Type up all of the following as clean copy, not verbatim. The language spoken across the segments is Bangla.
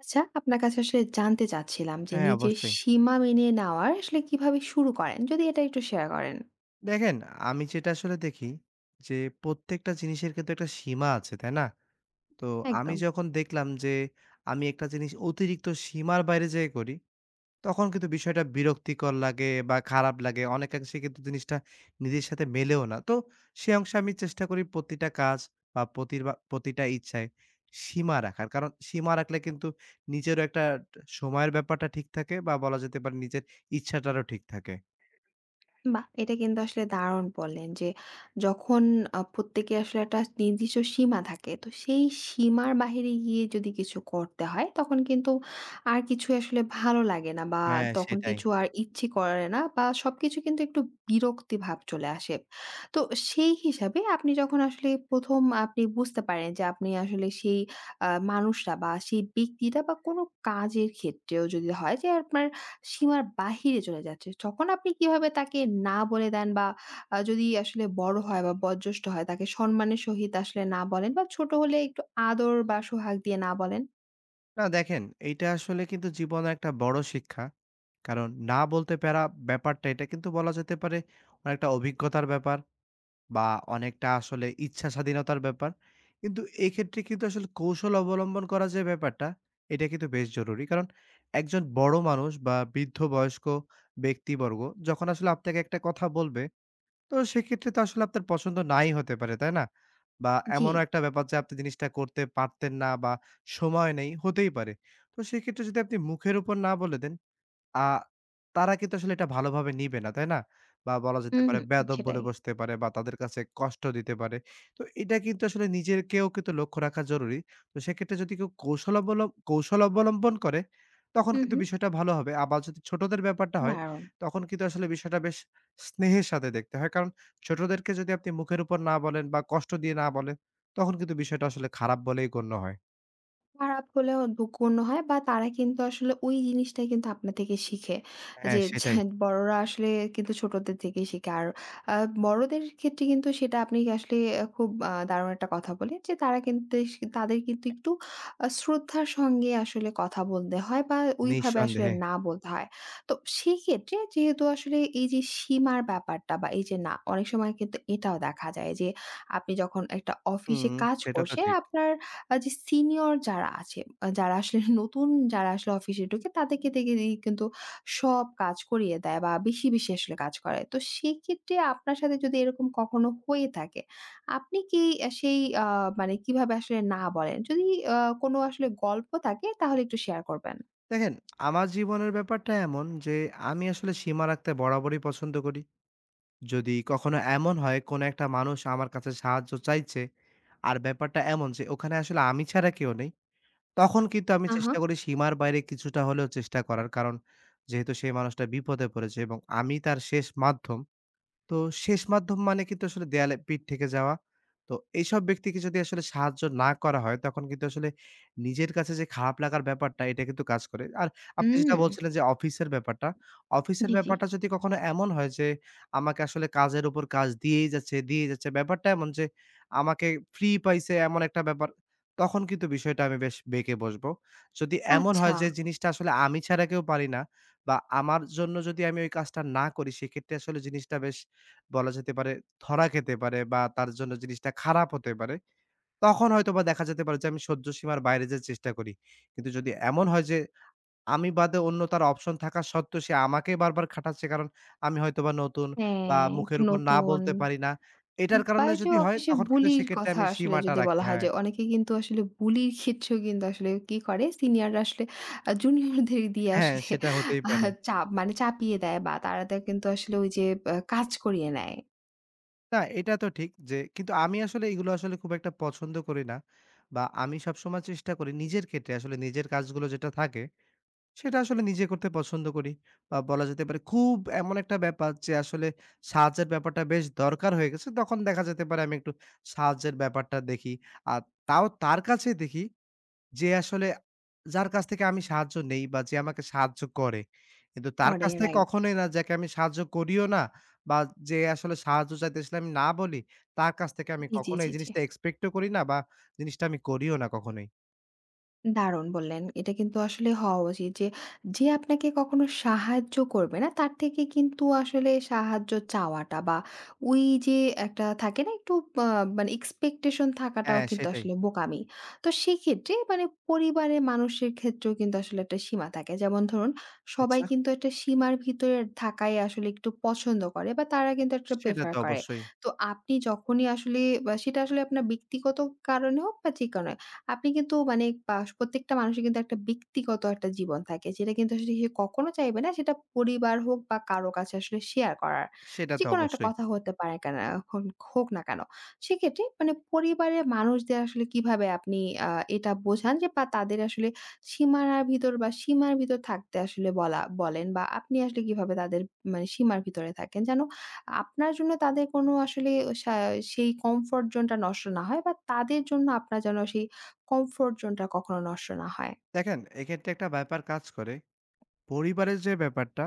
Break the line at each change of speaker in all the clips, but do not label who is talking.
আচ্ছা, আপনার কাছে আসলে জানতে চাচ্ছিলাম যে
হ্যাঁ,
নিজের
অবশ্যই।
সীমা মেনে নেওয়ার আসলে কিভাবে শুরু করেন? যদি এটা একটু শেয়ার করেন।
দেখেন আমি যেটা আসলে দেখি যে প্রত্যেকটা জিনিসের কিন্তু একটা সীমা আছে, তাই না? তো আমি
একদম।
যখন দেখলাম যে আমি একটা জিনিস অতিরিক্ত সীমার বাইরে যেয়ে করি, তখন কিন্তু বিষয়টা বিরক্তিকর লাগে বা খারাপ লাগে। অনেকাংশে কিন্তু জিনিসটা নিজের সাথে মেলেও না। তো সে অংশে আমি চেষ্টা করি প্রতিটা কাজ বা প্রতিটা ইচ্ছায় সীমা রাখার। কারণ সীমা রাখলে কিন্তু নিজেরও একটা সময়ের ব্যাপারটা ঠিক থাকে বা বলা যেতে পারে নিজের ইচ্ছাটারও ঠিক থাকে।
বাহ! এটা কিন্তু আসলে দারুণ বললেন যে, যখন প্রত্যেকের আসলে একটা নির্দিষ্ট সীমা থাকে, তো সেই সীমার বাহিরে গিয়ে যদি কিছু করতে হয়, তখন কিন্তু আর কিছু আসলে ভালো লাগে না বা
হ্যাঁ,
তখন
সেটাই।
কিছু আর ইচ্ছে করে না বা সবকিছু কিন্তু একটু বিরক্তি ভাব চলে আসে। তো সেই হিসাবে আপনি যখন আসলে ১ম আপনি বুঝতে পারেন যে, আপনি আসলে সেই মানুষটা বা সেই ব্যক্তিটা বা কোনো কাজের ক্ষেত্রেও যদি হয় যে, আপনার সীমার বাহিরে চলে যাচ্ছে। যখন আপনি কিভাবে তাকে না বলে দেন বা যদি আসলে বড় হয় বা বয়োজ্যেষ্ঠ হয় তাকে সম্মানের সহিত আসলে না বলেন বা ছোট হলে একটু আদর বা সোহাগ দিয়ে না বলেন?
না দেখেন, এইটা আসলে কিন্তু জীবনের একটা বড় শিক্ষা। কারণ না বলতে পেরা ব্যাপারটা এটা কিন্তু বলা যেতে পারে অনেকটা অভিজ্ঞতার ব্যাপার বা অনেকটা আসলে ইচ্ছা স্বাধীনতার ব্যাপার। কিন্তু এক্ষেত্রে কিন্তু আসলে কৌশল অবলম্বন করা যে ব্যাপারটা, এটা কিন্তু বেশ জরুরি। কারণ একজন বড় মানুষ বা বৃদ্ধ বয়স্ক ব্যক্তিবর্গ যখন আসলে আপনাকে একটা কথা বলবে তো সেক্ষেত্রে তো আসলে আপনার পছন্দ নাই হতে পারে, তাই না? বা
জি।
এমনও একটা ব্যাপার যে আপনি জিনিসটা করতে পারতেন না বা সময় নেই, হতেই পারে। তো সেক্ষেত্রে যদি আপনি মুখের উপর না বলে দেন আ তারা কিন্তু আসলে এটা ভালোভাবে নিবে না, তাই না? বা বলা যেতে
উহু,
পারে বেয়াদব বলে
সেটাই।
বসতে পারে বা তাদের কাছে কষ্ট দিতে পারে। তো এটা কিন্তু আসলে নিজেরকেও কিন্তু লক্ষ্য রাখা জরুরি। তো সেক্ষেত্রে যদি কেউ কৌশল অবলম্বন করে, তখন
হু,
কিন্তু
হু।
বিষয়টা ভালো হবে। আবার যদি ছোটদের ব্যাপারটা হয়,
দারুণ।
তখন কিন্তু আসলে বিষয়টা বেশ স্নেহের সাথে দেখতে হয়। কারণ ছোটদেরকে যদি আপনি মুখের উপর না বলেন বা কষ্ট দিয়ে না বলেন, তখন কিন্তু বিষয়টা আসলে খারাপ বলেই গণ্য হয়।
খারাপ হলেও গণ্য হয় বা তারা কিন্তু আসলে ওই জিনিসটাই কিন্তু আপনার থেকে শিখে। যে
হ্যাঁ,
ছে
সেটাই।
বড়রা আসলে কিন্তু ছোটদের থেকেই শিখে। আর আ বড়দের ক্ষেত্রে কিন্তু সেটা আপনি আসলে খুব দারুণ একটা কথা বলেন যে তারা কিন্তু তাদের কিন্তু একটু শ্রদ্ধার সঙ্গে আসলে কথা বলতে হয় বা ওইভাবে আসলে
নিঃসন্দেহে।
না বলতে হয়। তো সেক্ষেত্রে যেহেতু আসলে এই যে সীমার ব্যাপারটা বা এই যে না, অনেক সময় কিন্তু এটাও দেখা যায় যে আপনি যখন একটা
হুম,
অফিসে কাজ
সেটা তো
করছেন,
ঠিক।
আপনার যে সিনিয়র যারা আছে, যারা আসলে নতুন যারা আসলে অফিসে ঢোকে তাদেরকে থেকে দিয়ে কিন্তু সব কাজ করিয়ে দেয় বা বেশি, বেশি আসলে কাজ করায়। তো সেক্ষেত্রে আপনার সাথে যদি এরকম কখনো হয়ে থাকে, আপনি কি আ সেই আ মানে কিভাবে আসলে না বলেন? যদি আ কোনো আসলে গল্প থাকে তাহলে একটু শেয়ার করবেন।
দেখেন, আমার জীবনের ব্যাপারটা এমন যে আমি আসলে সীমা রাখতে বরাবরই পছন্দ করি। যদি কখনো এমন হয় কোনো একটা মানুষ আমার কাছে সাহায্য চাইছে, আর ব্যাপারটা এমন যে ওখানে আসলে আমি ছাড়া কেউ নেই, তখন কিন্তু আমি
আহা!
চেষ্টা করি সীমার বাইরে কিছুটা হলেও চেষ্টা করার। কারণ যেহেতু সেই মানুষটা বিপদে পড়েছে এবং আমি তার শেষ মাধ্যম। তো শেষ মাধ্যম মানে কিন্তু আসলে দেয়ালে পিঠ থেকে যাওয়া। তো এইসব ব্যক্তিকে যদি আসলে সাহায্য না করা হয়, তখন কিন্তু আসলে নিজের কাছে যে খারাপ লাগার ব্যাপারটা, এটা কিন্তু কাজ করে। আর আপনি
উম
যেটা বলছিলেন যে অফিসের ব্যাপারটা, অফিসের
জি, জি।
ব্যাপারটা যদি কখনো এমন হয় যে, আমাকে আসলে কাজের উপর কাজ দিয়েই যাচ্ছে। ব্যাপারটা এমন যে আমাকে ফ্রি পাইছে এমন একটা ব্যাপার, তখন কিন্তু বিষয়টা আমি বেশ বেঁকে বসবো। যদি এমন
আচ্ছা।
হয় যে জিনিসটা আসলে আমি ছাড়া কেউ পারি না বা আমার জন্য যদি আমি ওই কাজটা না করি, সেক্ষেত্রে আসলে জিনিসটা বেশ বলা যেতে পারে ধরা খেতে পারে বা তার জন্য জিনিসটা খারাপ হতে পারে। তখন হয়তোবা দেখা যেতে পারে যে আমি সহ্য সীমার বাইরে যেয়ে চেষ্টা করি। কিন্তু যদি এমন হয় যে আমি বাদে অন্য তার অপশন থাকা সত্ত্বেও সে আমাকে বারবার খাটাচ্ছে কারণ আমি হয়তোবা নতুন বা
হ্যাঁ,
মুখের
একটু
উপর না
নতুন।
বলতে পারি না। এটার কারণে
বাইজু
যদি হয়
অফিসে
তখন কিন্তু
বুলির
সেক্ষেত্রে
কথা
আমি
আসলে
সীমাটা
যদি
রাখি।
বলা হয়
হ্যাঁ,
যে অনেকে কিন্তু আসলে বুলির ক্ষেত্রেও কিন্তু আসলে কি করে সিনিয়ররা আসলে জুনিয়রদের দিয়ে
হ্যাঁ
আসলে
সেটা হতেই
আ
পারে।
চাপ মানে চাপিয়ে দেয় বা তারা কিন্তু আসলে ওই যে কাজ করিয়ে নেয়।
না এটা তো ঠিক যে কিন্তু আমি আসলে এগুলো আসলে খুব একটা পছন্দ করি না। বা আমি সবসময় চেষ্টা করি নিজের ক্ষেত্রে আসলে নিজের কাজগুলো যেটা থাকে সেটা আসলে নিজে করতে পছন্দ করি। বা বলা যেতে পারে খুব এমন একটা ব্যাপার যে আসলে সাহায্যের ব্যাপারটা বেশ দরকার হয়ে গেছে। তখন দেখা যেতে পারে আমি একটু সাহায্যের ব্যাপারটা দেখি। আর তাও তার কাছে দেখি যে আসলে যার কাছ থেকে আমি সাহায্য নেই বা যে আমাকে সাহায্য করে। কিন্তু তার
করে
কাছ থেকে
রাইট।
কখনোই না যাকে আমি সাহায্য করিও না বা যে আসলে সাহায্য চাইতেছিলাম আমি না বলি, তার কাছ থেকে আমি
জি, জি,
কখনো
জি,
এই
জি।
জিনিসটা এক্সপেক্ট ও করি না বা জিনিসটা আমি করিও না কখনোই।
দারুণ বললেন। এটা কিন্তু আসলে হওয়া উচিত যে, যে আপনাকে কখনো সাহায্য করবে না, তার থেকে কিন্তু আসলে সাহায্য চাওয়াটা বা ওই যে একটা থাকে না একটু আ মানে এক্সপেকটেশন থাকাটাও
হ্যাঁ,
কিন্তু
সেটাই।
আসলে বোকামি। তো সেক্ষেত্রে মানে পরিবারের মানুষের ক্ষেত্রেও কিন্তু আসলে একটা সীমা থাকে। যেমন ধরুন, সবাই
আচ্ছা।
কিন্তু একটা সীমার ভিতরে থাকাই আসলে একটু পছন্দ করে বা তারা কিন্তু একটা
সেটা
প্রেফার
তো
করে।
অবশ্যই।
তো আপনি যখনই আসলে বা সেটা আসলে আপনার ব্যক্তিগত কারণে হোক বা যে কোনো আপনি কিন্তু মানে প্রত্যেকটা মানুষের কিন্তু একটা ব্যক্তিগত একটা জীবন থাকে। যেটা কিন্তু আসলে সে কখনো চাইবে না সেটা পরিবার হোক বা কারো কাছে আসলে শেয়ার করার।
সেটা তো
যেকোনো একটা
অবশ্যই।
কথা হতে পারে কেন এখন হোক না কেন। সেক্ষেত্রে মানে পরিবারের মানুষদের আসলে কিভাবে আপনি আ এটা বোঝান যে বা তাদের আসলে সীমানার ভিতর বা সীমার ভিতর থাকতে আসলে বলেন বা আপনি আসলে কিভাবে তাদের মানে সীমার ভিতরে থাকেন? যেন আপনার জন্য তাদের কোনো আসলে সা সেই কমফোর্ট জোনটা নষ্ট না হয় বা তাদের জন্য আপনার যেন সেই কমফোর্ট জোনটা কখনো নষ্ট না হয়।
দেখেন এক্ষেত্রে একটা ব্যাপার কাজ করে। পরিবারের যে ব্যাপারটা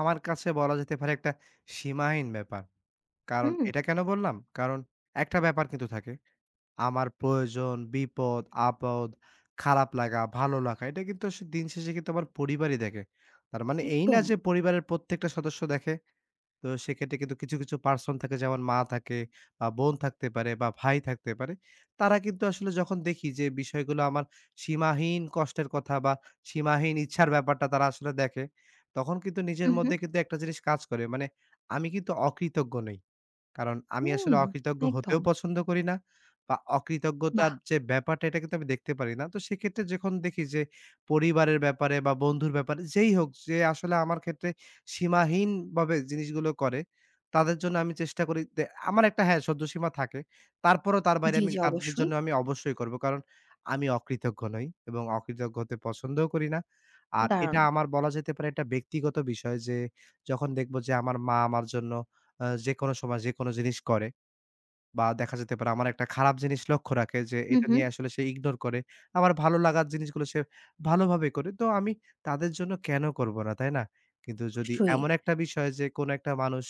আমার কাছে বলা যেতে পারে একটা সীমাহীন ব্যাপার। কারণ
হুম?
এটা কেন বললাম? কারণ একটা ব্যাপার কিন্তু থাকে। আমার প্রয়োজন, বিপদ, আপদ, খারাপ লাগা, ভালো লাগা এটা কিন্তু দিন শেষে কিন্তু আমার পরিবারই দেখে। তার মানে এই না
একদম।
যে পরিবারের প্রত্যেকটা সদস্য দেখে। তো সেক্ষেত্রে কিন্তু কিছু, কিছু পার্সন থাকে যেমন মা থাকে বা বোন থাকতে পারে বা ভাই থাকতে পারে। তারা কিন্তু আসলে যখন দেখি যে বিষয়গুলো আমার সীমাহীন কষ্টের কথা বা সীমাহীন ইচ্ছার ব্যাপারটা তারা আসলে দেখে, তখন কিন্তু
হু,
নিজের
হু।
মধ্যে কিন্তু একটা জিনিস কাজ করে। মানে আমি কিন্তু অকৃতজ্ঞ নই। কারণ আমি
হুম,
আসলে অকৃতজ্ঞ
একদম।
হতেও পছন্দ করি না বা
বাহ!
অকৃতজ্ঞতার যে ব্যাপারটা এটা কিন্তু আমি দেখতে পারি না। তো সেক্ষেত্রে যখন দেখি যে পরিবারের ব্যাপারে বা বন্ধুর ব্যাপারে যেই হোক যে আসলে আমার ক্ষেত্রে সীমাহীনভাবে জিনিসগুলো করে, তাদের জন্য আমি চেষ্টা করি আমার একটা হ্যাঁ, সহ্য সীমা থাকে। তারপরেও তার বাইরে
জি,
আমি
জি,
তাদের
অবশ্যই।
জন্য আমি অবশ্যই করব। কারণ আমি অকৃতজ্ঞ নই এবং অকৃতজ্ঞ হতে পছন্দও করি না। আর এটা
দারুণ।
আমার বলা যেতে পারে একটা ব্যক্তিগত বিষয় যে যখন দেখব যে আমার মা আমার জন্য যেকোনো সময় যেকোনো জিনিস করে বা দেখা যেতে পারে আমার একটা খারাপ জিনিস লক্ষ্য রাখে যে
হু,
এটা
হু।
নিয়ে আসলে সে ইগনোর করে। আমার ভালো লাগার জিনিসগুলো সে ভালোভাবে করে। তো আমি তাদের জন্য কেন করব না, তাই না? কিন্তু যদি
অবশ্যই।
এমন একটা বিষয় যে কোনো একটা মানুষ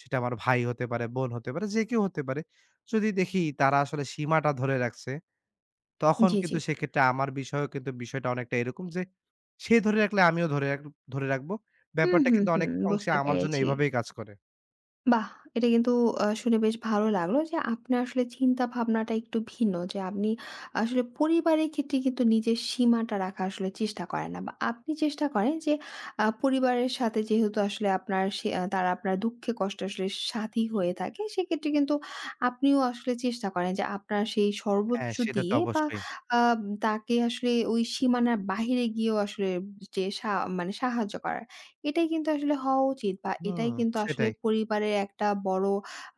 সেটা আমার ভাই হতে পারে, বোন হতে পারে, যে কেউ হতে পারে। যদি দেখি তারা আসলে সীমাটা ধরে রাখছে, তখন
জি, জি।
কিন্তু সেক্ষেত্রে আমার বিষয়েও কিন্তু বিষয়টা অনেকটা এরকম যে সে ধরে রাখলে আমিও ধরে রাখবো।
হুম,
ব্যাপারটা
হুম,
কিন্তু
হুম।
অনেক অংশে
বুঝতে
আমার জন্য
পেরেছি।
এভাবেই কাজ করে।
বাহ! এটা কিন্তু শুনে বেশ ভালো লাগলো যে আপনার আসলে চিন্তা ভাবনাটা একটু ভিন্ন। যে আপনি আসলে পরিবারের ক্ষেত্রে কিন্তু নিজের সীমাটা রাখা আসলে চেষ্টা করেন না। বা আপনি চেষ্টা করেন যে পরিবারের সাথে যেহেতু আসলে আপনার সে আ তারা আপনার দুঃখে কষ্টে আসলে সাথী হয়ে থাকে, সেক্ষেত্রে কিন্তু আপনিও আসলে চেষ্টা করেন যে আপনার সেই
হ্যাঁ,
সর্বোচ্চ
সেটা তো
দিয়ে বা
অবশ্যই।
আ তাকে আসলে ওই সীমানার বাহিরে গিয়েও আসলে যে সা মানে সাহায্য করার। এটাই কিন্তু আসলে হওয়া উচিত বা
হুম,
এটাই কিন্তু আসলে
সেটাই।
পরিবারের একটা বড়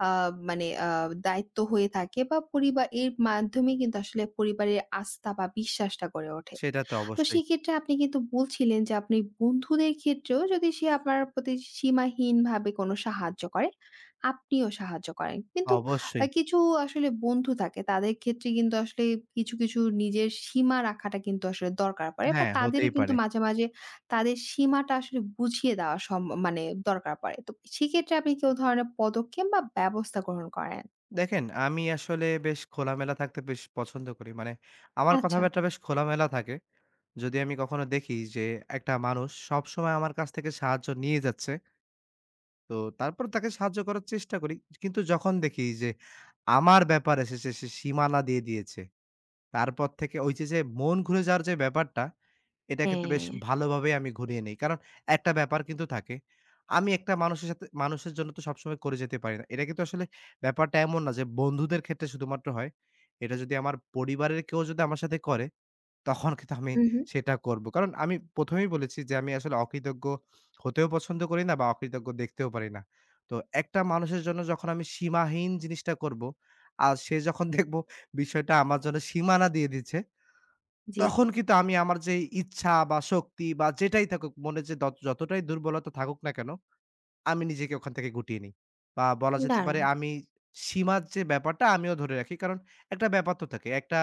আ মানে আ দায়িত্ব হয়ে থাকে বা পরিবার এর মাধ্যমে কিন্তু আসলে পরিবারের আস্থা বা বিশ্বাসটা গড়ে ওঠে।
সেটা তো
তো
অবশ্যই,
সেক্ষেত্রে আপনি কিন্তু বলছিলেন যে আপনি বন্ধুদের ক্ষেত্রেও যদি সে আপনার প্রতি সীমাহীনভাবে কোনো সাহায্য করে, আপনিও সাহায্য করেন। কিন্তু
অবশ্যই।
কিছু আসলে বন্ধু থাকে তাদের ক্ষেত্রে কিন্তু আসলে কিছু, কিছু নিজের সীমা রাখাটা কিন্তু আসলে দরকার পড়ে বা
হ্যাঁ,
তাদেরও
হতেই
কিন্তু
পারে।
মাঝে, মাঝে তাদের সীমাটা আসলে বুঝিয়ে দেওয়া মানে দরকার পড়ে। তো সেক্ষেত্রে আপনি কি ধরনের পদক্ষেপ বা ব্যবস্থা গ্রহণ করেন?
দেখেন আমি আসলে বেশ খোলামেলা থাকতে বেশ পছন্দ করি। মানে আমার
আচ্ছা।
কথাবার্তা বেশ খোলামেলা থাকে। যদি আমি কখনো দেখি যে একটা মানুষ সবসময় আমার কাছ থেকে সাহায্য নিয়ে যাচ্ছে, তো তারপর তাকে সাহায্য করার চেষ্টা করি। কিন্তু যখন দেখি যে আমার ব্যাপারে এসেছে সে সীমানা দিয়ে দিয়েছে তারপর থেকে ওই যে, যে মন ঘুরে যাওয়ার যে ব্যাপারটা, এটা কিন্তু বেশ
হ্যাঁ।
ভালোভাবেই আমি ঘুরিয়ে নেই। কারণ একটা ব্যাপার কিন্তু থাকে। আমি একটা মানুষের সাথে মানুষের জন্য তো সবসময় করে যেতে পারি না। এটা কিন্তু আসলে ব্যাপারটা এমন না যে বন্ধুদের ক্ষেত্রে শুধুমাত্র হয়। এটা যদি আমার পরিবারের কেউ যদি আমার সাথে করে তখন কিন্তু আমি
হুম, হুম।
সেটা করব। কারণ আমি ১ম এই বলেছি যে আমি আসলে অকৃতজ্ঞ হতেও পছন্দ করি না বা অকৃতজ্ঞ দেখতেও পারি না। তো একটা মানুষের জন্য যখন আমি সীমাহীন জিনিসটা করব, আর সে যখন দেখব বিষয়টা আমার জন্য সীমানা দিয়ে দিচ্ছে,
জি,
তখন কিন্তু আমি আমার যে ইচ্ছা বা শক্তি বা যেটাই থাকুক মনে যে যতটাই দুর্বলতা থাকুক না কেন আমি নিজেকে ওখান থেকে গুটিয়ে নিই। বা বলা আচ্ছা। যেতে পারে
দারুণ।
আমি সীমার যে ব্যাপারটা আমিও ধরে রাখি। কারণ একটা ব্যাপার তো থাকে। একটা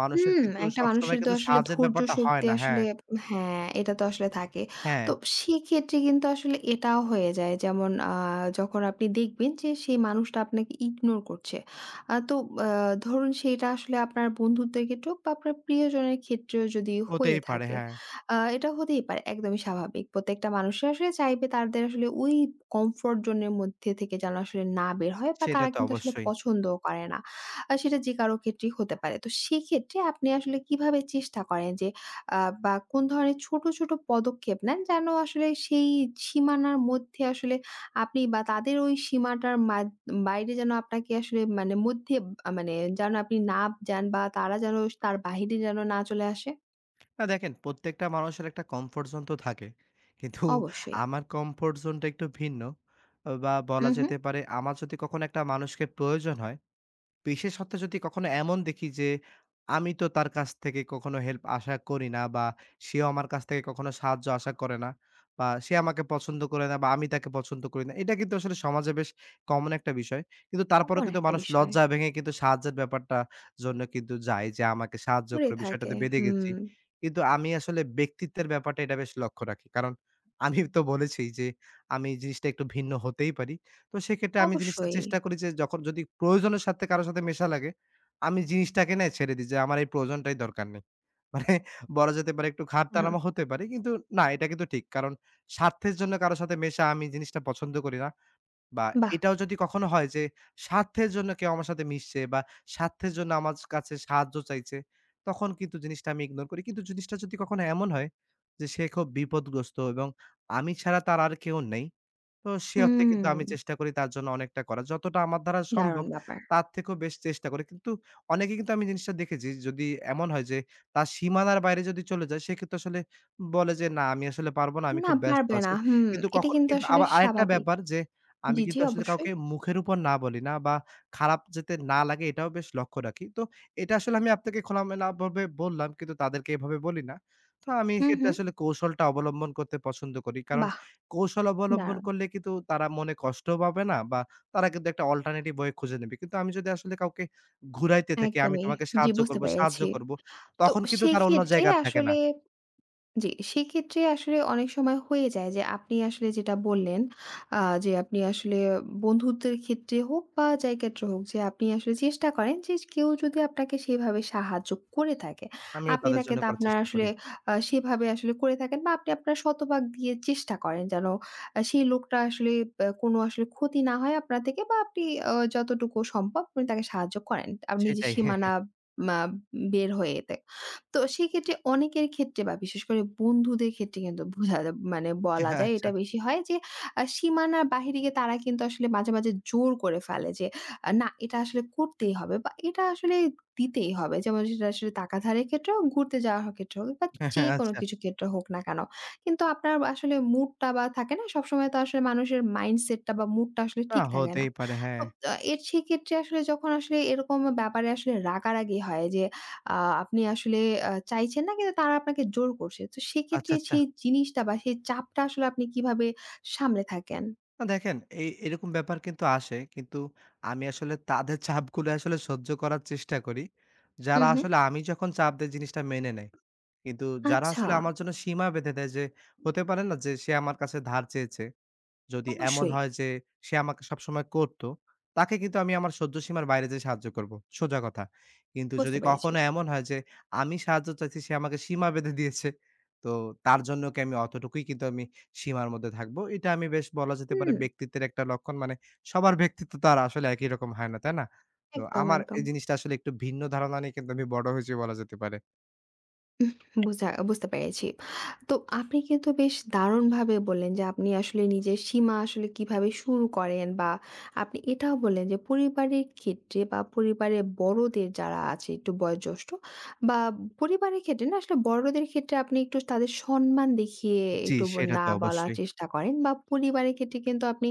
মানুষের
হুম,
কিন্তু
একটা
সবসময়
মানুষের তো
কিন্তু
আসলে
সাহায্যের
ধৈর্য
ব্যাপারটা হয়
শক্তি
না। হ্যাঁ,
আসলে হ্যাঁ, এটা তো আসলে থাকে।
হ্যাঁ,
তো সেক্ষেত্রে কিন্তু আসলে এটাও হয়ে যায় যেমন যখন আপনি দেখবেন যে সেই মানুষটা আপনাকে ইগনোর করছে। আ তো আ ধরুন সেটা আসলে আপনার বন্ধুত্বের ক্ষেত্রে হোক বা আপনার প্রিয়জনের ক্ষেত্রেও যদি হয়ে
হতেই পারে।
থাকে।
হ্যাঁ,
এটা হতেই পারে একদমই স্বাভাবিক। প্রত্যেকটা মানুষই আসলে চাইবে তাদের আসলে ওই কমফোর্ট জোন এর মধ্যে থেকে যেন আসলে না বের হয় বা
সেটা
তারা
তো
কিন্তু আসলে
অবশ্যই।
পছন্দও করে না। আর সেটা যে কারো ক্ষেত্রেই হতে পারে। তো সেক্ষেত্রে আপনি আসলে কিভাবে চেষ্টা করেন যে আ বা কোন ধরনের ছোট, ছোট পদক্ষেপ নেন যেন আসলে সেই সীমানার মধ্যে আসলে আপনি বা তাদের ওই সীমাটার বাইরে যেন আপনাকে আসলে মানে মধ্যে আ মানে যেন আপনি না যান বা তারা যেন তার বাহিরে যেন না চলে আসে?
না দেখেন প্রত্যেকটা মানুষের একটা কমফোর্ট জোন তো থাকে। কিন্তু
অবশ্যই।
আমার কমফোর্ট জোনটা একটু ভিন্ন। বা বলা
হুম, হুম।
যেতে পারে আমার যদি কখনো একটা মানুষকে প্রয়োজন হয় বিশেষত যদি কখনো এমন দেখি যে আমি তো তার কাছ থেকে কখনো হেল্প আশা করি না বা সেও আমার কাছ থেকে কখনো সাহায্য আশা করে না বা সে আমাকে পছন্দ করে না বা আমি তাকে পছন্দ করি না এটা কিন্তু আসলে সমাজে বেশ কমন একটা বিষয় কিন্তু তারপরেও
এমন
কিন্তু
একটা
মানুষ
বিষয়
লজ্জা ভেঙে কিন্তু সাহায্যের ব্যাপারটা জন্য কিন্তু যায় যে আমাকে সাহায্য
পড়ে
করে
থাকে।
বিষয়টাতে বেঁধে
হুম,
গেছি কিন্তু আমি আসলে ব্যক্তিত্বের ব্যাপারটা এটা বেশ লক্ষ্য রাখি কারণ আমি তো বলেছি যে আমি জিনিসটা একটু ভিন্ন হতেই পারি তো সেক্ষেত্রে আমি জিনিসটা
অবশ্যই।
চেষ্টা করি যে যখন যদি প্রয়োজনের সাথে কারো সাথে মেশা লাগে, আমি জিনিসটাকে না ছেড়ে দিই যে আমার এই প্রয়োজনটাই দরকার নেই। মানে বলা যেতে পারে একটু
আহা!
ঘাটতাড়ামো হতে পারে কিন্তু না এটা কিন্তু ঠিক। কারণ স্বার্থের জন্য কারো সাথে মেশা আমি জিনিসটা পছন্দ করি না। বা
বাহ!
এটাও যদি কখনো হয় যে স্বার্থের জন্য কেউ আমার সাথে মিশছে বা স্বার্থের জন্য আমার কাছে সাহায্য চাইছে, তখন কিন্তু জিনিসটা আমি ইগনোর করি। কিন্তু জিনিসটা যদি কখনো এমন হয় যে সে খুব বিপদগ্রস্ত এবং আমি ছাড়া তার আর কেউ নেই তো সে অর্থে কিন্তু
হুম,
আমি চেষ্টা করি তার জন্য অনেকটা করার। যতটা আমার দ্বারা
দারুণ
সম্ভব
ব্যাপার।
তার থেকেও বেশ চেষ্টা করি। কিন্তু অনেকে কিন্তু আমি জিনিসটা দেখেছি যদি এমন হয় যে তার সীমানার বাইরে যদি চলে যায় সেক্ষেত্রে আসলে বলে যে, "না আমি আসলে পারব না, আমি
না,
খুব ব্যস্ত
পারবে না।
আছি।"
হুম,
কিন্তু
এটা
কখন
কিন্তু
কিন্তু
আসলে
আবার আরেকটা
স্বাভাবিক।
ব্যাপার যে আমি
জি, জি,
কিন্তু আসলে
অবশ্যই।
কাউকে মুখের উপর না বলি না বা খারাপ যাতে না লাগে এটাও বেশ লক্ষ্য রাখি। তো এটা আসলে আমি আপনাকে খোলামেলাভাবে বললাম কিন্তু তাদেরকে এভাবে বলি না। তো আমি
হুম,
এক্ষেত্রে
হুম।
আসলে কৌশলটা অবলম্বন করতে পছন্দ করি। কারণ
বাহ!
কৌশল অবলম্বন
দারুণ!
করলে কিন্তু তারা মনে কষ্টও পাবে না বা তারা কিন্তু একটা অল্টারনেটিভ ওয়ে খুঁজে নেবে। কিন্তু আমি যদি আসলে কাউকে ঘুরাইতে থাকি, "আমি
একদমই।
তোমাকে
জি,
সাহায্য
বুঝতে
করব, সাহায্য
পেরেছি।
করব",
তো
তখন কিন্তু তারা অন্য
সেক্ষেত্রে
জায়গায় থাকে না।
আসলে জি, সেক্ষেত্রে আসলে অনেক সময় হয়ে যায় যে আপনি আসলে যেটা বললেন, যে আপনি আসলে বন্ধুত্বের ক্ষেত্রে হোক বা যাই ক্ষেত্রে হোক যে আপনি আসলে চেষ্টা করেন যে কেউ যদি আপনাকে সেভাবে সাহায্য করে থাকে,
আমিও
আপনি
তাদের
তাকে
জন্য
তা
করার
আপনার
চেষ্টা
আসলে
করি।
সেভাবে আসলে করে থাকেন বা আপনি আপনার শতভাগ দিয়ে চেষ্টা করেন যেন সেই লোকটা আসলে কোনো আসলে ক্ষতি না হয় আপনার থেকে বা আপনি যতটুকু সম্ভব আপনি তাকে সাহায্য করেন। আপনি নিজের
সেটাই।
সীমানা মা বের হয়ে এতে। তো সেক্ষেত্রে অনেকের ক্ষেত্রে বা বিশেষ করে বন্ধুদের ক্ষেত্রে কিন্তু বোঝা যা মানে বলা যায়
আচ্ছা,
এটা বেশি হয় যে সীমানার বাহিরে গিয়ে তারা কিন্তু আসলে মাঝে, মাঝে জোর করে ফেলে যে না এটা আসলে করতেই হবে বা এটা আসলে দিতেই হবে। যেমন সেটা আসলে টাকা ধারের ক্ষেত্রে হোক, ঘুরতে যাওয়ার ক্ষেত্রে হোক বা যেকোনো
আচ্ছা।
কিছু ক্ষেত্রে হোক না কেন। কিন্তু আপনার আসলে মুডটা বা থাকে না সবসময় তো আসলে মানুষের মাইন্ডসেটটা বা মুডটা আসলে
না
ঠিক থাকে না।
হতেই পারে,
তো
হ্যাঁ।
আ এর সেক্ষেত্রে আসলে যখন আসলে এরকম ব্যাপারে আসলে রাগারাগি হয় যে আ আপনি আসলে চাইছেন না কিন্তু তারা আপনাকে জোর করছে। তো সেক্ষেত্রে
আচ্ছা, আচ্ছা।
সেই জিনিসটা বা সেই চাপটা আসলে আপনি কিভাবে সামলে থাকেন?
না দেখেন এই এরকম ব্যাপার কিন্তু আসে। কিন্তু আমি আসলে তাদের চাপগুলো আসলে সহ্য করার চেষ্টা করি।
হু,
যারা
হু।
আসলে আমি যখন চাপ দেই জিনিসটা মেনে নেয়। কিন্তু যারা
আচ্ছা,
আসলে আমার জন্য সীমা বেঁধে দেয় যে হতে পারে না যে সে আমার কাছে ধার চেয়েছে। যদি এমন
অবশ্যই
হয় যে সে আমাকে সবসময় করতো, তাকে কিন্তু আমি আমার সহ্য সীমার বাইরে যেয়ে সাহায্য করব। সোজা কথা। কিন্তু
বুঝতে
যদি
পেরেছি।
কখনো এমন হয় যে আমি সাহায্য চাইছি সে আমাকে সীমা বেঁধে দিয়েছে, তো তার জন্য কি আমি অতটুকুই কিন্তু আমি সীমার মধ্যে থাকবো। এটা আমি বেশ বলা যেতে পারে
হুম,
ব্যক্তিত্বের একটা লক্ষণ। মানে সবার ব্যক্তিত্ব তো আর আসলে একই রকম হয় না, তাই না? তো
একদম,
আমার
একদম।
এই জিনিসটা আসলে একটু ভিন্ন ধারণা নিয়ে কিন্তু আমি বড় হয়েছি বলা যেতে পারে।
বুঝতে পেরেছি। তো আপনি কিন্তু বেশ দারুণভাবে বললেন যে আপনি আসলে নিজের সীমা আসলে কিভাবে শুরু করেন বা আপনি এটাও বললেন যে পরিবারের ক্ষেত্রে বা পরিবারের বড়দের যারা আছে একটু বয়োজ্যেষ্ঠ বা পরিবারের ক্ষেত্রে না আসলে বড়দের ক্ষেত্রে আপনি একটু তাদের সম্মান দেখিয়ে
জি,
একটু
সেটা
না
তো
বলার
অবশ্যই।
চেষ্টা করেন বা পরিবারের ক্ষেত্রে কিন্তু আপনি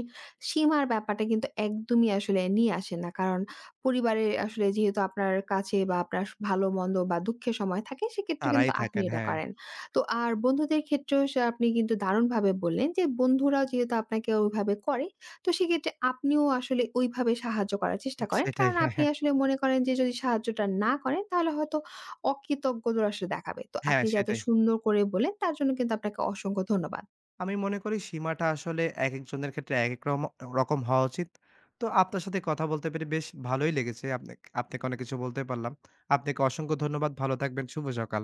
সীমার ব্যাপারটা কিন্তু একদমই আসলে নিয়ে আসেন না। কারণ পরিবারে আসলে যেহেতু আপনার কাছে বা আপনার ভালো-মন্দ বা দুঃখের সময় থাকে সেক্ষেত্রে কিন্তু
তারাই
আপনি
থাকেন,
এটা
হ্যাঁ।
করেন। তো আর বন্ধুদের ক্ষেত্রেও সে আপনি কিন্তু দারুণভাবে বললেন যে বন্ধুরাও যেহেতু আপনাকে ওইভাবে করে, তো সেক্ষেত্রে আপনিও আসলে ওইভাবে সাহায্য করার চেষ্টা করেন।
সেটাই,
কারণ
হ্যাঁ,
আপনি
হ্যাঁ।
আসলে মনে করেন যে যদি সাহায্যটা না করেন তাহলে হয়তো অকৃতজ্ঞতা আসলে দেখাবে। তো
হ্যাঁ,
আপনি যে এত
সেটাই।
সুন্দর করে বললেন তার জন্য কিন্তু আপনাকে অসংখ্য ধন্যবাদ।
আমি মনে করি সীমাটা আসলে একেকজনের ক্ষেত্রে একেক রম রকম হওয়া উচিত। তো আপনার সাথে কথা বলতে পেরে বেশ ভালোই লেগেছে। আপনাকে আপনাকে অনেক কিছু বলতে পারলাম। আপনাকে অসংখ্য ধন্যবাদ। ভালো থাকবেন। শুভ সকাল।